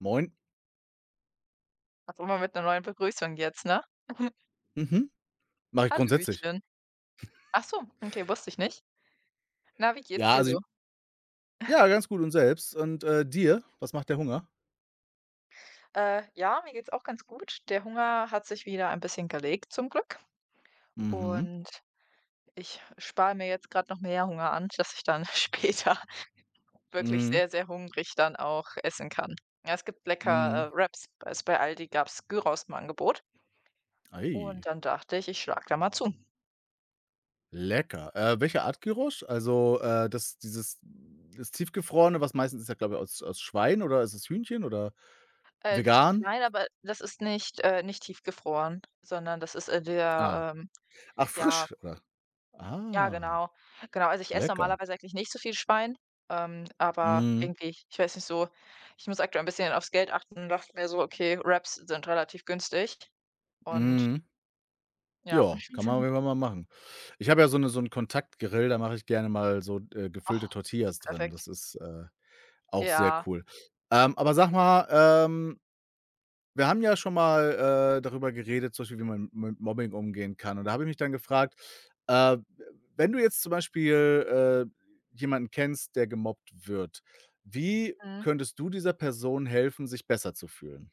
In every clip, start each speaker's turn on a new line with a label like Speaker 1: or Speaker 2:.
Speaker 1: Moin.
Speaker 2: Ach so, immer mit einer neuen Begrüßung jetzt, ne?
Speaker 1: Mhm. Mache ich grundsätzlich.
Speaker 2: Hallöchen. Ach so, okay, wusste ich nicht. Na, wie geht's
Speaker 1: Ja,
Speaker 2: dir
Speaker 1: also ich
Speaker 2: so?
Speaker 1: ja, ganz gut und selbst. Und, dir? Was macht der Hunger?
Speaker 2: Ja, mir geht's auch ganz gut. Der Hunger hat sich wieder ein bisschen gelegt zum Glück
Speaker 1: Mhm.
Speaker 2: und ich spare mir jetzt gerade noch mehr Hunger an, dass ich dann später wirklich
Speaker 1: Mhm.
Speaker 2: sehr, sehr hungrig dann auch essen kann. Ja, es gibt lecker,
Speaker 1: Mhm.
Speaker 2: Wraps. Also, bei Aldi gab's Gyros im Angebot
Speaker 1: Ei,
Speaker 2: und dann dachte ich, ich schlag da mal zu.
Speaker 1: lecker. Welche Art Gyros? Also, das dieses das Tiefgefrorene, was meistens ist, ja, glaube ich, aus Schwein oder ist es Hühnchen oder
Speaker 2: Das ist
Speaker 1: vegan?
Speaker 2: klein, aber das ist nicht nicht tiefgefroren, sondern das ist in
Speaker 1: Ah.
Speaker 2: der,
Speaker 1: Ach,
Speaker 2: ja.
Speaker 1: frisch, oder?
Speaker 2: Ja,
Speaker 1: Ah,
Speaker 2: genau. Genau, also ich esse
Speaker 1: lecker.
Speaker 2: normalerweise eigentlich nicht so viel Schwein, aber
Speaker 1: Mhm.
Speaker 2: irgendwie, ich weiß nicht so, ich muss aktuell ein bisschen aufs Geld achten und dachte mir so: „Okay, Wraps sind relativ günstig.“ Und
Speaker 1: Mhm.
Speaker 2: ja,
Speaker 1: Ja, kann man auf jeden Fall mal machen. Ich habe ja so eine so 'n Kontaktgrill, da mache ich gerne mal so, gefüllte
Speaker 2: ach,
Speaker 1: Tortillas drin. Das
Speaker 2: perfekt.
Speaker 1: ist, auch sehr
Speaker 2: Ja,
Speaker 1: cool. Aber sag mal, wir haben ja schon mal, darüber geredet, zum Beispiel, wie man mit Mobbing umgehen kann. Und da habe ich mich dann gefragt, äh, wenn du jetzt zum Beispiel, jemanden kennst, der gemobbt wird, wie
Speaker 2: mhm,
Speaker 1: könntest du dieser Person helfen, sich besser zu fühlen?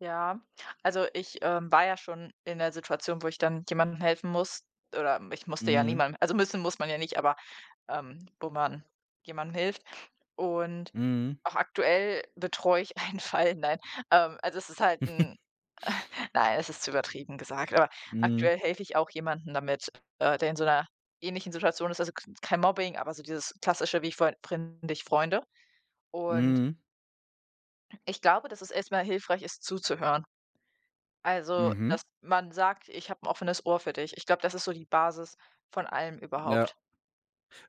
Speaker 2: ja. Also ich, war ja schon in der Situation, wo ich dann jemandem helfen muss oder ich musste ja
Speaker 1: Mhm.
Speaker 2: niemandem, also müssen muss man ja nicht, aber, wo man jemandem hilft. Und
Speaker 1: Mhm.
Speaker 2: auch aktuell betreue ich einen Fall, nein. Also es ist halt 'n. Nein, es ist zu übertrieben gesagt, aber
Speaker 1: Mhm.
Speaker 2: aktuell helfe ich auch jemandem damit, der in so einer ähnlichen Situation ist, also k kein Mobbing, aber so dieses klassische, wie ich vorhin finde ich Freunde. Und
Speaker 1: Mhm.
Speaker 2: ich glaube, dass es erstmal hilfreich ist, zuzuhören. Also,
Speaker 1: Mhm.
Speaker 2: dass man sagt: „Ich habe ein offenes Ohr für dich.“ Ich glaube, das ist so die Basis von allem
Speaker 1: Ja,
Speaker 2: überhaupt.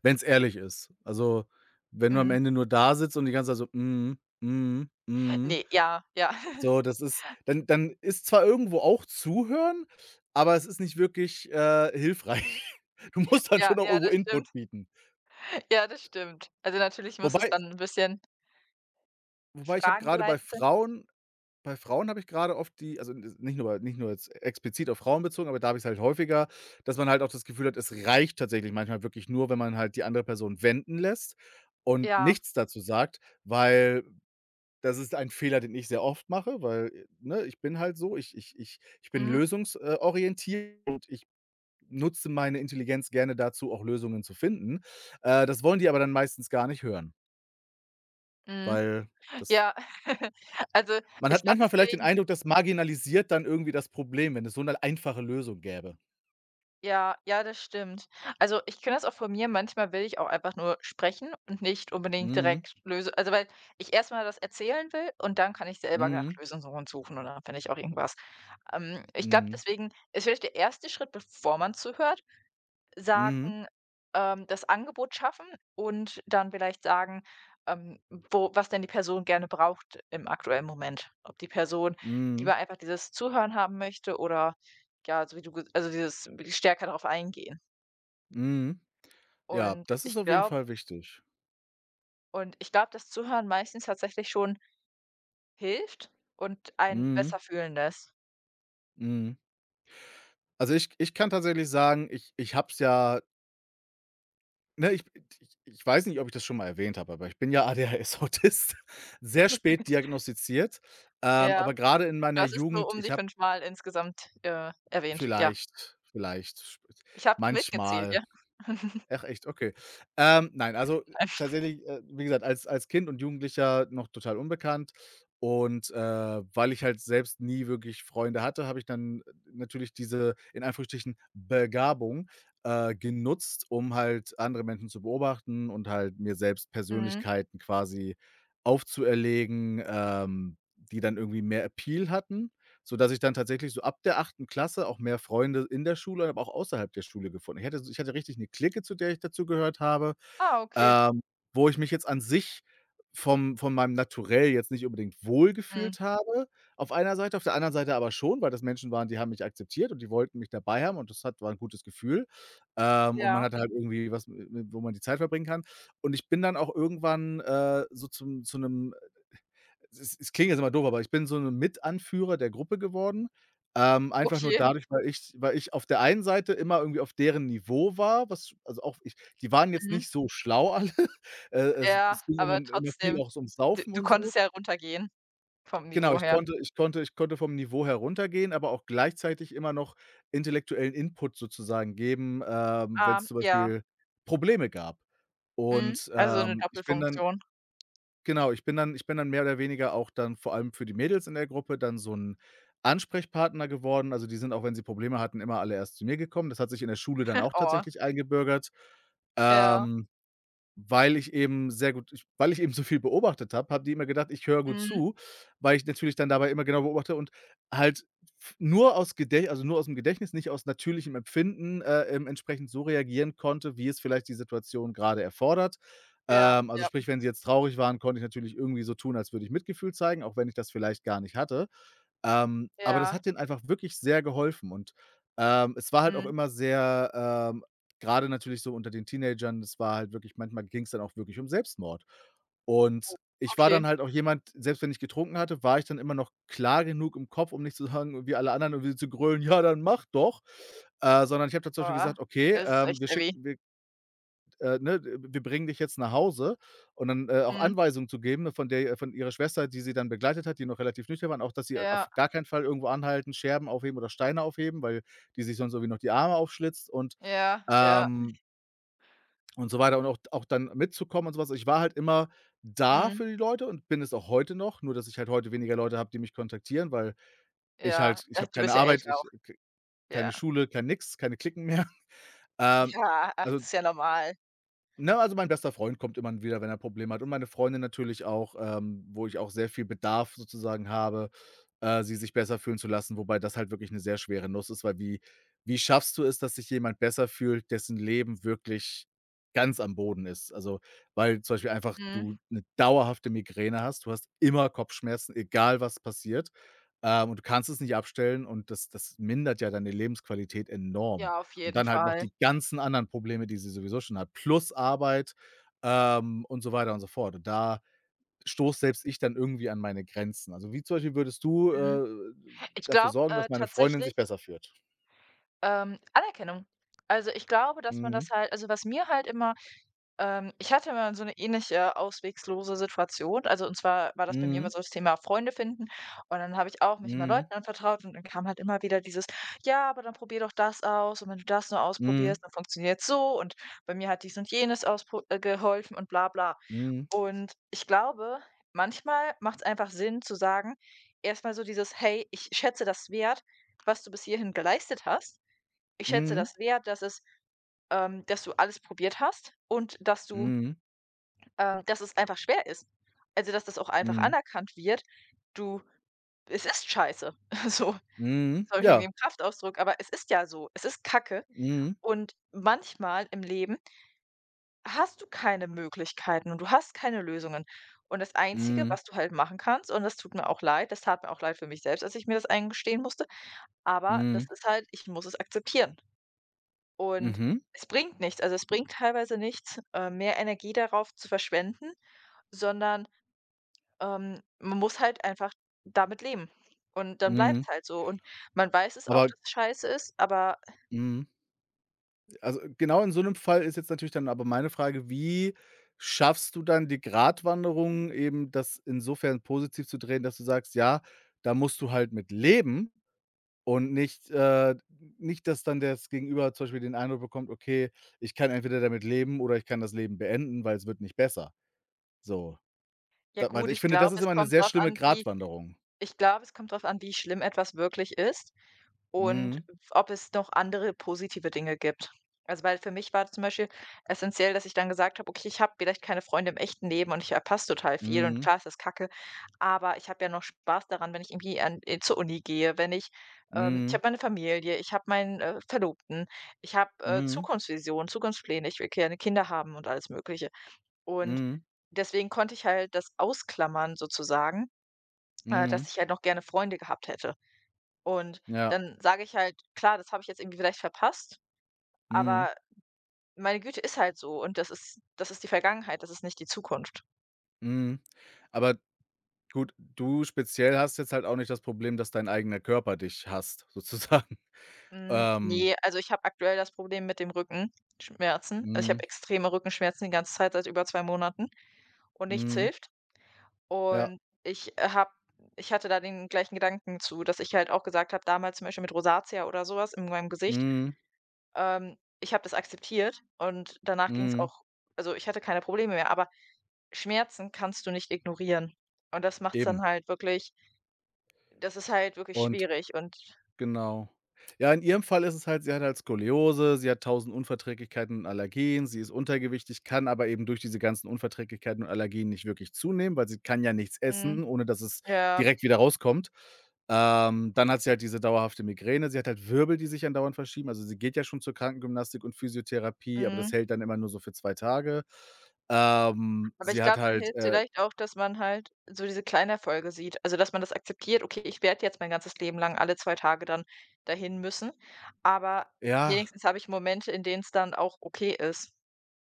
Speaker 1: wenn's ehrlich ist. Also, wenn du am
Speaker 2: Mhm.
Speaker 1: Ende nur da sitzt und die ganze Zeit so: „Mhm, mhm, mhm.“
Speaker 2: Ne, ja, ja.
Speaker 1: So, das ist dann ist zwar irgendwo auch Zuhören, aber es ist nicht wirklich, hilfreich. Du musst dann
Speaker 2: Ja,
Speaker 1: schon auch
Speaker 2: ja,
Speaker 1: irgendwo
Speaker 2: das stimmt.
Speaker 1: Input bieten.
Speaker 2: Ja, das stimmt. Also, natürlich muss es
Speaker 1: Wobei
Speaker 2: dann ein bisschen
Speaker 1: wobei ich habe grade
Speaker 2: fragengeleitet sein.
Speaker 1: Bei Frauen habe ich grade oft die, also, n nicht nur nicht nur jetzt explizit auf Frauen bezogen, aber da habe ich's halt häufiger, dass man halt auch das Gefühl hat, es reicht tatsächlich manchmal wirklich nur, wenn man halt die andere Person wenden lässt und
Speaker 2: Ja,
Speaker 1: nichts dazu sagt, weil das ist ein Fehler, den ich sehr oft mache, weil, ne, ich bin halt so, ich bin
Speaker 2: mhm,
Speaker 1: lösungsorientiert und ich nutze meine Intelligenz gerne dazu, auch Lösungen zu finden. Das wollen die aber dann meistens gar nicht hören,
Speaker 2: mhm.
Speaker 1: weil das
Speaker 2: Ja, also,
Speaker 1: man hat
Speaker 2: ich glaube
Speaker 1: manchmal vielleicht den
Speaker 2: deswegen
Speaker 1: Eindruck, das marginalisiert dann irgendwie das Problem, wenn es so eine einfache Lösung gäbe.
Speaker 2: ja, ja, das stimmt. Also, ich kenne das auch von mir, manchmal will ich auch einfach nur sprechen und nicht unbedingt
Speaker 1: Mhm,
Speaker 2: direkt Löse also, weil ich erst mal das erzählen will und dann kann ich selber nach
Speaker 1: mhm,
Speaker 2: Lösungen suchen und dann finde ich auch irgendwas. Ich glaube
Speaker 1: mhm,
Speaker 2: deswegen ist vielleicht der erste Schritt, bevor man zuhört,
Speaker 1: mhm,
Speaker 2: sagen, das Angebot schaffen und dann vielleicht sagen, ähm, wo was denn die Person gerne braucht im aktuellen Moment. Ob die Person
Speaker 1: mhm,
Speaker 2: lieber einfach dieses Zuhören haben möchte oder ja, so wie du ge also dieses wirklich stärker darauf eingehen.
Speaker 1: mhm. Ja,
Speaker 2: Und
Speaker 1: das ist
Speaker 2: ich
Speaker 1: auf jeden
Speaker 2: glaube
Speaker 1: Fall wichtig.
Speaker 2: und ich glaube, das Zuhören meistens tatsächlich schon hilft und einen
Speaker 1: Mhm,
Speaker 2: besser fühlen lässt.
Speaker 1: mhm. Also, ich kann tatsächlich sagen, ich habe es ja. Ne, ich weiß nicht, ob ich das schon mal erwähnt habe, aber ich bin ja ADHS-Autist, sehr spät diagnostiziert.
Speaker 2: Ja,
Speaker 1: Aber gerade in meiner
Speaker 2: das ist so
Speaker 1: Jugend,
Speaker 2: um
Speaker 1: ich
Speaker 2: die
Speaker 1: habe
Speaker 2: fünfmal insgesamt, erwähnt. Ja,
Speaker 1: vielleicht vielleicht sp
Speaker 2: ich habe mitgezählt,
Speaker 1: manchmal.
Speaker 2: ja.
Speaker 1: Ach echt, okay. Nein, also
Speaker 2: Nein.
Speaker 1: tatsächlich, wie gesagt, als Kind und Jugendlicher noch total unbekannt, und, weil ich halt selbst nie wirklich Freunde hatte, habe ich dann natürlich diese in Anführungsstrichen „Begabung“, genutzt, um halt andere Menschen zu beobachten und halt mir selbst
Speaker 2: Mhm.
Speaker 1: Persönlichkeiten quasi aufzuerlegen, die dann irgendwie mehr Appeal hatten, sodass ich dann tatsächlich so ab der 8. Klasse auch mehr Freunde in der Schule, aber auch außerhalb der Schule gefunden. Ich hatte richtig eine Clique, zu der ich dazugehört habe,
Speaker 2: Ah, okay.
Speaker 1: ähm, wo ich mich jetzt an sich vom von meinem Naturell jetzt nicht unbedingt
Speaker 2: Mhm.
Speaker 1: wohlgefühlt habe auf einer Seite, auf der anderen Seite aber schon, weil das Menschen waren, die haben mich akzeptiert und die wollten mich dabei haben und das hat war ein gutes Gefühl. Und man
Speaker 2: Ja,
Speaker 1: hatte halt irgendwie was, w w wo man die Zeit verbringen kann. Und ich bin dann auch irgendwann, so zum zu einem es klingt jetzt immer doof, aber ich bin so 'n Mitanführer der Gruppe geworden, einfach nur
Speaker 2: okay.
Speaker 1: dadurch, weil ich auf der einen Seite immer irgendwie auf deren Niveau war, was, also, auch ich, die waren jetzt
Speaker 2: Mhm.
Speaker 1: nicht so schlau alle. Es
Speaker 2: Ja,
Speaker 1: es ging immer
Speaker 2: aber
Speaker 1: viel
Speaker 2: trotzdem,
Speaker 1: auch so ums
Speaker 2: d
Speaker 1: Saufen
Speaker 2: du
Speaker 1: und so.
Speaker 2: konntest ja runtergehen vom
Speaker 1: Genau,
Speaker 2: Niveau her.
Speaker 1: ich konnte vom Niveau heruntergehen, aber auch gleichzeitig immer noch intellektuellen Input sozusagen geben,
Speaker 2: Ah,
Speaker 1: wenn's zum
Speaker 2: ja,
Speaker 1: Beispiel Probleme gab.
Speaker 2: mhm,
Speaker 1: Und,
Speaker 2: also 'ne
Speaker 1: ich bin dann
Speaker 2: Doppelfunktion.
Speaker 1: genau, ich bin dann mehr oder weniger auch dann vor allem für die Mädels in der Gruppe dann so 'n Ansprechpartner geworden. Also, die sind auch, wenn sie Probleme hatten, immer alle erst zu mir gekommen. Das hat sich in der Schule dann auch
Speaker 2: Oh,
Speaker 1: tatsächlich eingebürgert.
Speaker 2: ja,
Speaker 1: Ähm weil ich eben sehr gut ich weil ich eben so viel beobachtet habe, habe die immer gedacht, ich höre gut
Speaker 2: mhm,
Speaker 1: zu, weil ich natürlich dann dabei immer genau beobachte und halt f nur aus Gedächt also nur aus dem Gedächtnis, nicht aus natürlichem Empfinden, entsprechend so reagieren konnte, wie es vielleicht die Situation gerade erfordert.
Speaker 2: ja,
Speaker 1: Also
Speaker 2: ja,
Speaker 1: sprich, wenn sie jetzt traurig waren, konnte ich natürlich irgendwie so tun, als würde ich Mitgefühl zeigen, auch wenn ich das vielleicht gar nicht hatte. Aber das
Speaker 2: ja,
Speaker 1: hat denen einfach wirklich sehr geholfen, und, es war halt auch
Speaker 2: mhm,
Speaker 1: immer sehr, ähm grade natürlich so unter den Teenagern, das war halt wirklich, manchmal ging es dann auch wirklich um Selbstmord. Und ich war
Speaker 2: okay.
Speaker 1: dann halt auch jemand, selbst wenn ich getrunken hatte, war ich dann immer noch klar genug im Kopf, um nicht, zu sagen wie alle anderen, irgendwie zu grölen: „Ja, dann mach doch.“ Sondern ich habe dann zum Beispiel
Speaker 2: Boah,
Speaker 1: gesagt: „Okay,
Speaker 2: es ist echt
Speaker 1: wir
Speaker 2: heavy.
Speaker 1: schicken ne, wir bringen dich jetzt nach Hause“, und dann, auch
Speaker 2: Mhm,
Speaker 1: Anweisungen zu geben, ne, von ihrer Schwester, die sie dann begleitet hat, die noch relativ nüchtern waren, auch, dass sie auf
Speaker 2: ja,
Speaker 1: gar keinen Fall irgendwo anhalten, Scherben aufheben oder Steine aufheben, weil die sich sonst irgendwie noch die Arme aufschlitzt,
Speaker 2: ja, ja,
Speaker 1: ähm und so weiter, und auch dann mitzukommen und so was. Ich war halt immer da
Speaker 2: mhm,
Speaker 1: für die Leute und bin es auch heute noch, nur dass ich halt heute weniger Leute habe, die mich kontaktieren, weil ich
Speaker 2: ja.
Speaker 1: halt ich habe
Speaker 2: Du
Speaker 1: keine
Speaker 2: bist ja
Speaker 1: Arbeit,
Speaker 2: älter auch,
Speaker 1: ich k keine
Speaker 2: ja.
Speaker 1: Schule, kein nix, keine Klicken mehr. Ähm,
Speaker 2: Ja, ach,
Speaker 1: also
Speaker 2: das ist ja normal.
Speaker 1: ne, also mein bester Freund kommt immer wieder, wenn er Probleme hat, und meine Freundin natürlich auch, wo ich auch sehr viel Bedarf sozusagen habe, sie sich besser fühlen zu lassen, wobei das halt wirklich eine sehr schwere Nuss ist, weil wie wie schaffst du es, dass sich jemand besser fühlt, dessen Leben wirklich ganz am Boden ist? Also, weil zum Beispiel einfach
Speaker 2: Mhm,
Speaker 1: du eine dauerhafte Migräne hast, du hast immer Kopfschmerzen, egal was passiert, und du kannst es nicht abstellen, und das mindert ja deine Lebensqualität enorm.
Speaker 2: ja, auf
Speaker 1: Und
Speaker 2: jeden
Speaker 1: dann halt noch
Speaker 2: Fall.
Speaker 1: die ganzen anderen Probleme, die sie sowieso schon hat, plus Arbeit, und so weiter und so fort. Und da stoße selbst ich dann irgendwie an meine Grenzen. Also, wie zum Beispiel würdest du,
Speaker 2: Mhm. Ich
Speaker 1: dafür
Speaker 2: glaube,
Speaker 1: sorgen, dass meine Freundin
Speaker 2: tatsächlich,
Speaker 1: sich besser fühlt?
Speaker 2: Anerkennung. Also, ich glaube, dass man
Speaker 1: Mhm.
Speaker 2: das halt, also, was mir halt immer. Ich hatte mal so eine ähnliche auswegslose Situation. Also, und zwar war das bei mir
Speaker 1: Mhm.
Speaker 2: immer so das Thema Freunde finden. Und dann habe ich auch mich immer
Speaker 1: Mhm.
Speaker 2: Leuten anvertraut und dann kam halt immer wieder dieses: „Ja, aber dann probier doch das aus und wenn du das nur
Speaker 1: Mhm.
Speaker 2: ausprobierst, dann funktioniert's so und bei mir hat dies und jenes auspro geholfen“ und bla bla. Und ich glaube, manchmal macht es einfach Sinn zu sagen, erst mal so dieses: „Hey, ich schätze das wert, was du bis hierhin geleistet hast. Ich schätze
Speaker 1: Mhm.
Speaker 2: das wert, dass es dass du alles probiert hast und dass du“
Speaker 1: Mhm. Mhm.
Speaker 2: dass es einfach schwer ist. Also, dass das auch einfach
Speaker 1: Mhm.
Speaker 2: anerkannt wird: „Du, es ist scheiße.“ So,
Speaker 1: Mhm.
Speaker 2: sorry wegen
Speaker 1: Ja.
Speaker 2: dem Kraftausdruck, aber es ist ja so. Es ist Kacke
Speaker 1: Mhm.
Speaker 2: und manchmal im Leben hast du keine Möglichkeiten und du hast keine Lösungen. Und das Einzige,
Speaker 1: Mhm.
Speaker 2: was du halt machen kannst, und das tut mir auch leid, das tat mir auch leid für mich selbst, als ich mir das eingestehen musste, aber das
Speaker 1: Mhm.
Speaker 2: ist halt, ich muss es akzeptieren. Und
Speaker 1: Mhm.
Speaker 2: es bringt nichts, also, es bringt teilweise nichts, mehr Energie darauf zu verschwenden, sondern. Man muss halt einfach damit leben. Und dann bleibt
Speaker 1: Mhm.
Speaker 2: es halt so. Und man weiß es auch,
Speaker 1: Aber
Speaker 2: dass es scheiße ist, aber
Speaker 1: mhm. Also, genau in so einem Fall ist jetzt natürlich dann aber meine Frage, wie schaffst du dann die Gratwanderung, eben das insofern positiv zu drehen, dass du sagst: „Ja, da musst du halt mit leben“, und nicht, nicht, dass dann das Gegenüber zum Beispiel den Eindruck bekommt: „Okay, ich kann entweder damit leben oder ich kann das Leben beenden, weil es wird nicht besser.“ So,
Speaker 2: ja
Speaker 1: da, weil
Speaker 2: gut,
Speaker 1: ich
Speaker 2: ich
Speaker 1: finde, das
Speaker 2: glaube,
Speaker 1: ist
Speaker 2: es
Speaker 1: immer eine
Speaker 2: kommt
Speaker 1: sehr
Speaker 2: drauf
Speaker 1: schlimme
Speaker 2: an, wie.
Speaker 1: Gratwanderung.
Speaker 2: Ich glaube, es kommt drauf an, wie schlimm etwas wirklich ist. Und
Speaker 1: Mhm.
Speaker 2: ob es noch andere positive Dinge gibt. Also, weil für mich war zum Beispiel essentiell, dass ich dann gesagt habe: „Okay, ich habe vielleicht keine Freunde im echten Leben und ich verpasse total viel und
Speaker 1: Mhm.
Speaker 2: klar ist das Kacke, aber ich habe ja noch Spaß daran, wenn ich irgendwie an zur Uni gehe, wenn ich ich
Speaker 1: Mhm.
Speaker 2: habe meine Familie, ich habe meinen, Verlobten, ich habe,
Speaker 1: Mhm.
Speaker 2: Zukunftsvisionen, Zukunftspläne, ich will gerne Kinder haben und alles Mögliche.“ Und
Speaker 1: Mhm.
Speaker 2: deswegen konnte ich halt das ausklammern sozusagen,
Speaker 1: Mhm.
Speaker 2: dass ich halt noch gerne Freunde gehabt hätte. Und
Speaker 1: Ja.
Speaker 2: dann sage ich halt: „Klar, das habe ich jetzt irgendwie vielleicht verpasst,
Speaker 1: Mhm.
Speaker 2: aber meine Güte, ist halt so und das ist, das ist die Vergangenheit, das ist nicht die Zukunft.“
Speaker 1: Mhm. Aber Gut, du speziell hast jetzt halt auch nicht das Problem, dass dein eigener Körper dich hasst sozusagen.
Speaker 2: Hm,
Speaker 1: Ähm,
Speaker 2: ne, also ich habe aktuell das Problem mit dem Rückenschmerzen. Also, ich
Speaker 1: mhm,
Speaker 2: habe extreme Rückenschmerzen die ganze Zeit seit über 2 Monaten und nichts
Speaker 1: mhm,
Speaker 2: hilft.
Speaker 1: ja,
Speaker 2: Und ich habe Ich hatte da den gleichen Gedanken zu, dass ich halt auch gesagt habe, damals zum Beispiel mit Rosacea oder sowas in meinem Gesicht,
Speaker 1: mhm,
Speaker 2: ich habe das akzeptiert und danach ging es
Speaker 1: mhm,
Speaker 2: auch, also, ich hatte keine Probleme mehr, aber Schmerzen kannst du nicht ignorieren. Und
Speaker 1: eben.
Speaker 2: das ist halt wirklich
Speaker 1: Und
Speaker 2: schwierig und
Speaker 1: Genau. Ja, in ihrem Fall ist es halt, sie hat halt Skoliose, sie hat 1000 Unverträglichkeiten und Allergien, sie ist untergewichtig, kann aber eben durch diese ganzen Unverträglichkeiten und Allergien nicht wirklich zunehmen, weil sie kann ja nichts
Speaker 2: mhm,
Speaker 1: essen, ohne dass es
Speaker 2: ja,
Speaker 1: direkt wieder rauskommt. Dann hat sie halt diese dauerhafte Migräne, sie hat halt Wirbel, die sich andauernd verschieben. Also, sie geht ja schon zur Krankengymnastik und Physiotherapie, aber das
Speaker 2: mhm.
Speaker 1: hält dann immer nur so für 2 Tage.
Speaker 2: Aber ich
Speaker 1: Sie hat
Speaker 2: glaube, dann
Speaker 1: halt,
Speaker 2: hilft vielleicht auch, dass man halt so diese kleinen Erfolge sieht. Also, dass man das akzeptiert: „Okay, ich werde jetzt mein ganzes Leben lang alle 2 Tage dann dahin müssen, aber
Speaker 1: ja.
Speaker 2: wenigstens habe ich Momente, in denen es dann auch okay ist.“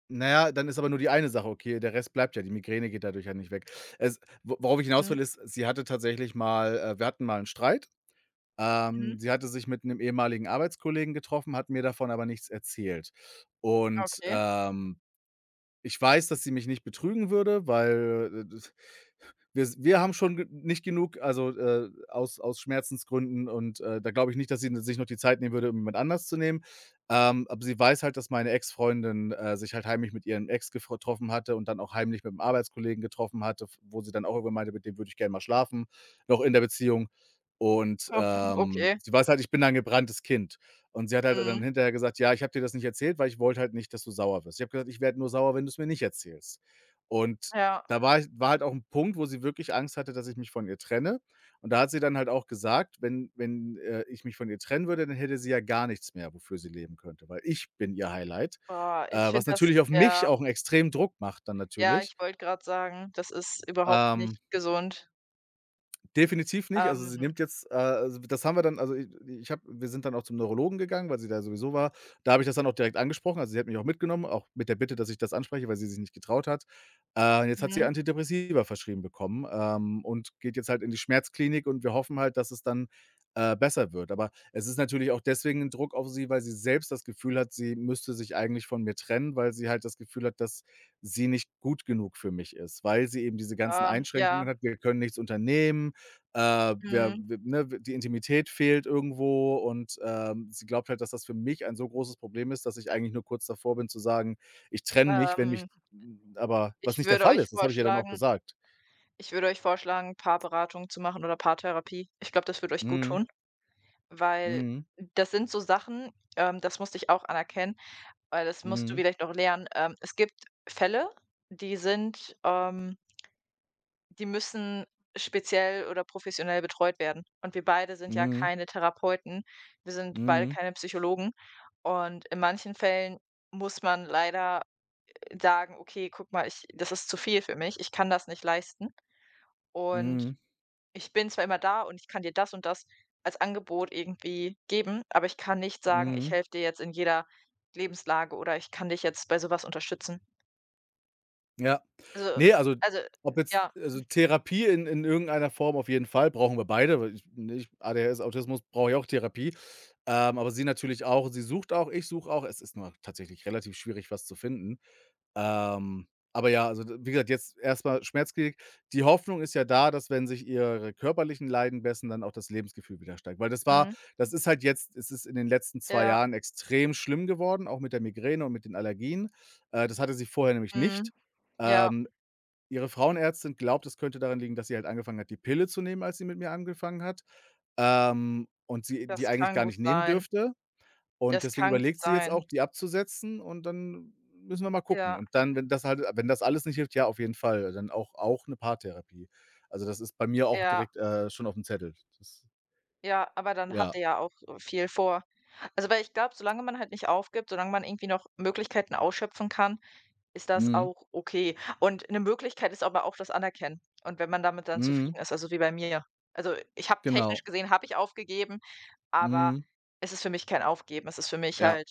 Speaker 1: Na ja, dann ist aber nur die eine Sache okay, der Rest bleibt ja, die Migräne geht dadurch ja nicht weg. Es wo worauf ich hinaus will,
Speaker 2: Mhm,
Speaker 1: ist, sie hatte tatsächlich mal wir hatten mal 'n Streit.
Speaker 2: mhm,
Speaker 1: Sie hatte sich mit 'nem ehemaligen Arbeitskollegen getroffen, hat mir davon aber nichts erzählt. Und,
Speaker 2: okay.
Speaker 1: ich weiß, dass sie mich nicht betrügen würde, weil wir haben schon ge nicht genug, also, aus Schmerzensgründen, und, da glaube ich nicht, dass sie sich noch die Zeit nehmen würde, um jemand anders zu nehmen. Aber sie weiß halt, dass meine Ex-Freundin, sich halt heimlich mit ihrem Ex gefro troffen hatte, und dann auch heimlich mit mit'm Arbeitskollegen getroffen hatte, f wo sie dann auch irgendwann meinte, mit dem würde ich gerne mal schlafen, noch in der Beziehung. Und,
Speaker 2: Oh, okay.
Speaker 1: sie weiß halt, ich bin ein gebranntes Kind. Und sie hat halt dann
Speaker 2: Mhm,
Speaker 1: hinterher gesagt: „Ja, ich habe dir das nicht erzählt, weil ich wollte halt nicht, dass du sauer wirst.“ Ich habe gesagt: „Ich werde nur sauer, wenn du es mir nicht erzählst.“ Und
Speaker 2: ja.
Speaker 1: da war, ich war halt auch 'n Punkt, wo sie wirklich Angst hatte, dass ich mich von ihr trenne. Und da hat sie dann halt auch gesagt, wenn, ich mich von ihr trennen würde, dann hätte sie ja gar nichts mehr, wofür sie leben könnte, weil ich bin ihr Highlight,
Speaker 2: Boah, ich
Speaker 1: was
Speaker 2: finde das
Speaker 1: natürlich auf
Speaker 2: ja,
Speaker 1: mich auch 'n extremen Druck macht dann
Speaker 2: ja,
Speaker 1: natürlich.
Speaker 2: ich wollte gerade sagen, das ist überhaupt
Speaker 1: Ähm
Speaker 2: nicht gesund.
Speaker 1: Definitiv nicht. Also, sie
Speaker 2: Ähm
Speaker 1: nimmt jetzt, also, das haben wir dann, also, i ich habe wir sind dann auch zum Neurologen gegangen, weil sie da sowieso war. Da habe ich das dann auch direkt angesprochen. Also, sie hat mich auch mitgenommen, auch mit der Bitte, dass ich das anspreche, weil sie sich nicht getraut hat. Und jetzt hat sie
Speaker 2: Mhm.
Speaker 1: Antidepressiva verschrieben bekommen, und geht jetzt halt in die Schmerzklinik und wir hoffen halt, dass es dann, besser wird. Aber es ist natürlich auch deswegen 'n Druck auf sie, weil sie selbst das Gefühl hat, sie müsste sich eigentlich von mir trennen, weil sie halt das Gefühl hat, dass sie nicht gut genug für mich ist, weil sie eben diese ganzen Einschränkungen
Speaker 2: Ja,
Speaker 1: hat. Wir können nichts unternehmen, wir
Speaker 2: mhm.
Speaker 1: wir ne, die Intimität fehlt irgendwo, und, sie glaubt halt, dass das für mich ein so großes Problem ist, dass ich eigentlich nur kurz davor bin zu sagen: „Ich trenne mich, wenn mich“,
Speaker 2: Ähm,
Speaker 1: aber was
Speaker 2: ich
Speaker 1: nicht der
Speaker 2: würde
Speaker 1: Fall
Speaker 2: euch
Speaker 1: ist, das habe ich ihr dann auch
Speaker 2: vorschlagen
Speaker 1: gesagt.
Speaker 2: ich würde euch vorschlagen, Paarberatung zu machen oder Paartherapie. Ich glaube, das würde euch gut
Speaker 1: Mhm,
Speaker 2: tun, weil
Speaker 1: mhm,
Speaker 2: das sind so Sachen, das musste ich auch anerkennen, weil das musst du
Speaker 1: mhm,
Speaker 2: vielleicht noch lernen. Es gibt Fälle, die sind ähm, die müssen speziell oder professionell betreut werden. Und wir beide sind ja
Speaker 1: mhm,
Speaker 2: keine Therapeuten. Wir sind beide
Speaker 1: mhm,
Speaker 2: keine Psychologen. Und in manchen Fällen muss man leider sagen: „Okay, guck mal, ich, das ist zu viel für mich. Ich kann das nicht leisten und
Speaker 1: mhm,
Speaker 2: ich bin zwar immer da und ich kann dir das und das als Angebot irgendwie geben, aber ich kann nicht sagen, ich
Speaker 1: mhm.
Speaker 2: helfe dir jetzt in jeder Lebenslage oder ich kann dich jetzt bei sowas unterstützen.“
Speaker 1: Ja.
Speaker 2: Also,
Speaker 1: Ne, also,
Speaker 2: also,
Speaker 1: ob jetzt
Speaker 2: ja,
Speaker 1: also Therapie in irgendeiner Form auf jeden Fall brauchen wir beide, weil ich, ne, ich ADHS, Autismus, brauche ich auch Therapie, aber sie natürlich auch. Sie sucht auch, ich suche auch. Es ist nur tatsächlich relativ schwierig, was zu finden. Ähm, aber ja, also, d wie gesagt, jetzt erstmal mal Schmerzklinik. Die Hoffnung ist ja da, dass, wenn sich ihre körperlichen Leiden bessern, dann auch das Lebensgefühl wieder steigt. Weil das war,
Speaker 2: mhm,
Speaker 1: das ist halt jetzt, es ist in den letzten zwei
Speaker 2: ja,
Speaker 1: Jahren extrem schlimm geworden, auch mit der Migräne und mit den Allergien. Das hatte sie vorher nämlich nicht.
Speaker 2: mhm, ja,
Speaker 1: Ähm, Ihre Frauenärztin glaubt, es könnte daran liegen, dass sie halt angefangen hat, die Pille zu nehmen, als sie mit mir angefangen hat, und sie die
Speaker 2: das
Speaker 1: eigentlich
Speaker 2: kann
Speaker 1: gar
Speaker 2: gut
Speaker 1: nicht nehmen
Speaker 2: sein.
Speaker 1: dürfte. Und
Speaker 2: Das
Speaker 1: deswegen
Speaker 2: kann gut
Speaker 1: überlegt sie jetzt
Speaker 2: sein.
Speaker 1: auch, die abzusetzen und dann müssen wir mal gucken.
Speaker 2: Ja,
Speaker 1: Und dann, wenn das halt, wenn das alles nicht hilft, ja, auf jeden Fall, dann auch eine Paartherapie. Also, das ist bei mir auch
Speaker 2: ja,
Speaker 1: direkt, schon auf dem Zettel. Das
Speaker 2: ja, aber dann
Speaker 1: ja.
Speaker 2: habt ihr ja auch, viel vor. Also, weil ich glaube, solange man halt nicht aufgibt, solange man irgendwie noch Möglichkeiten ausschöpfen kann. Ist das
Speaker 1: Mhm.
Speaker 2: auch okay. Und 'ne Möglichkeit ist aber auch das Anerkennen und wenn man damit dann
Speaker 1: Mhm.
Speaker 2: zufrieden ist, also wie bei mir. Also, ich habe technisch
Speaker 1: Genau.
Speaker 2: gesehen habe ich aufgegeben, aber
Speaker 1: Mhm.
Speaker 2: es ist für mich kein Aufgeben. Es ist für mich
Speaker 1: Ja.
Speaker 2: halt,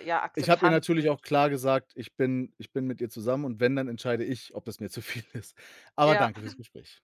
Speaker 2: ja,
Speaker 1: Ich habe ihr
Speaker 2: Akzeptanz
Speaker 1: natürlich
Speaker 2: und
Speaker 1: auch klar gesagt, ich bin mit ihr zusammen und wenn, dann entscheide ich, ob das mir zu viel ist. Aber
Speaker 2: ja.
Speaker 1: danke fürs Gespräch.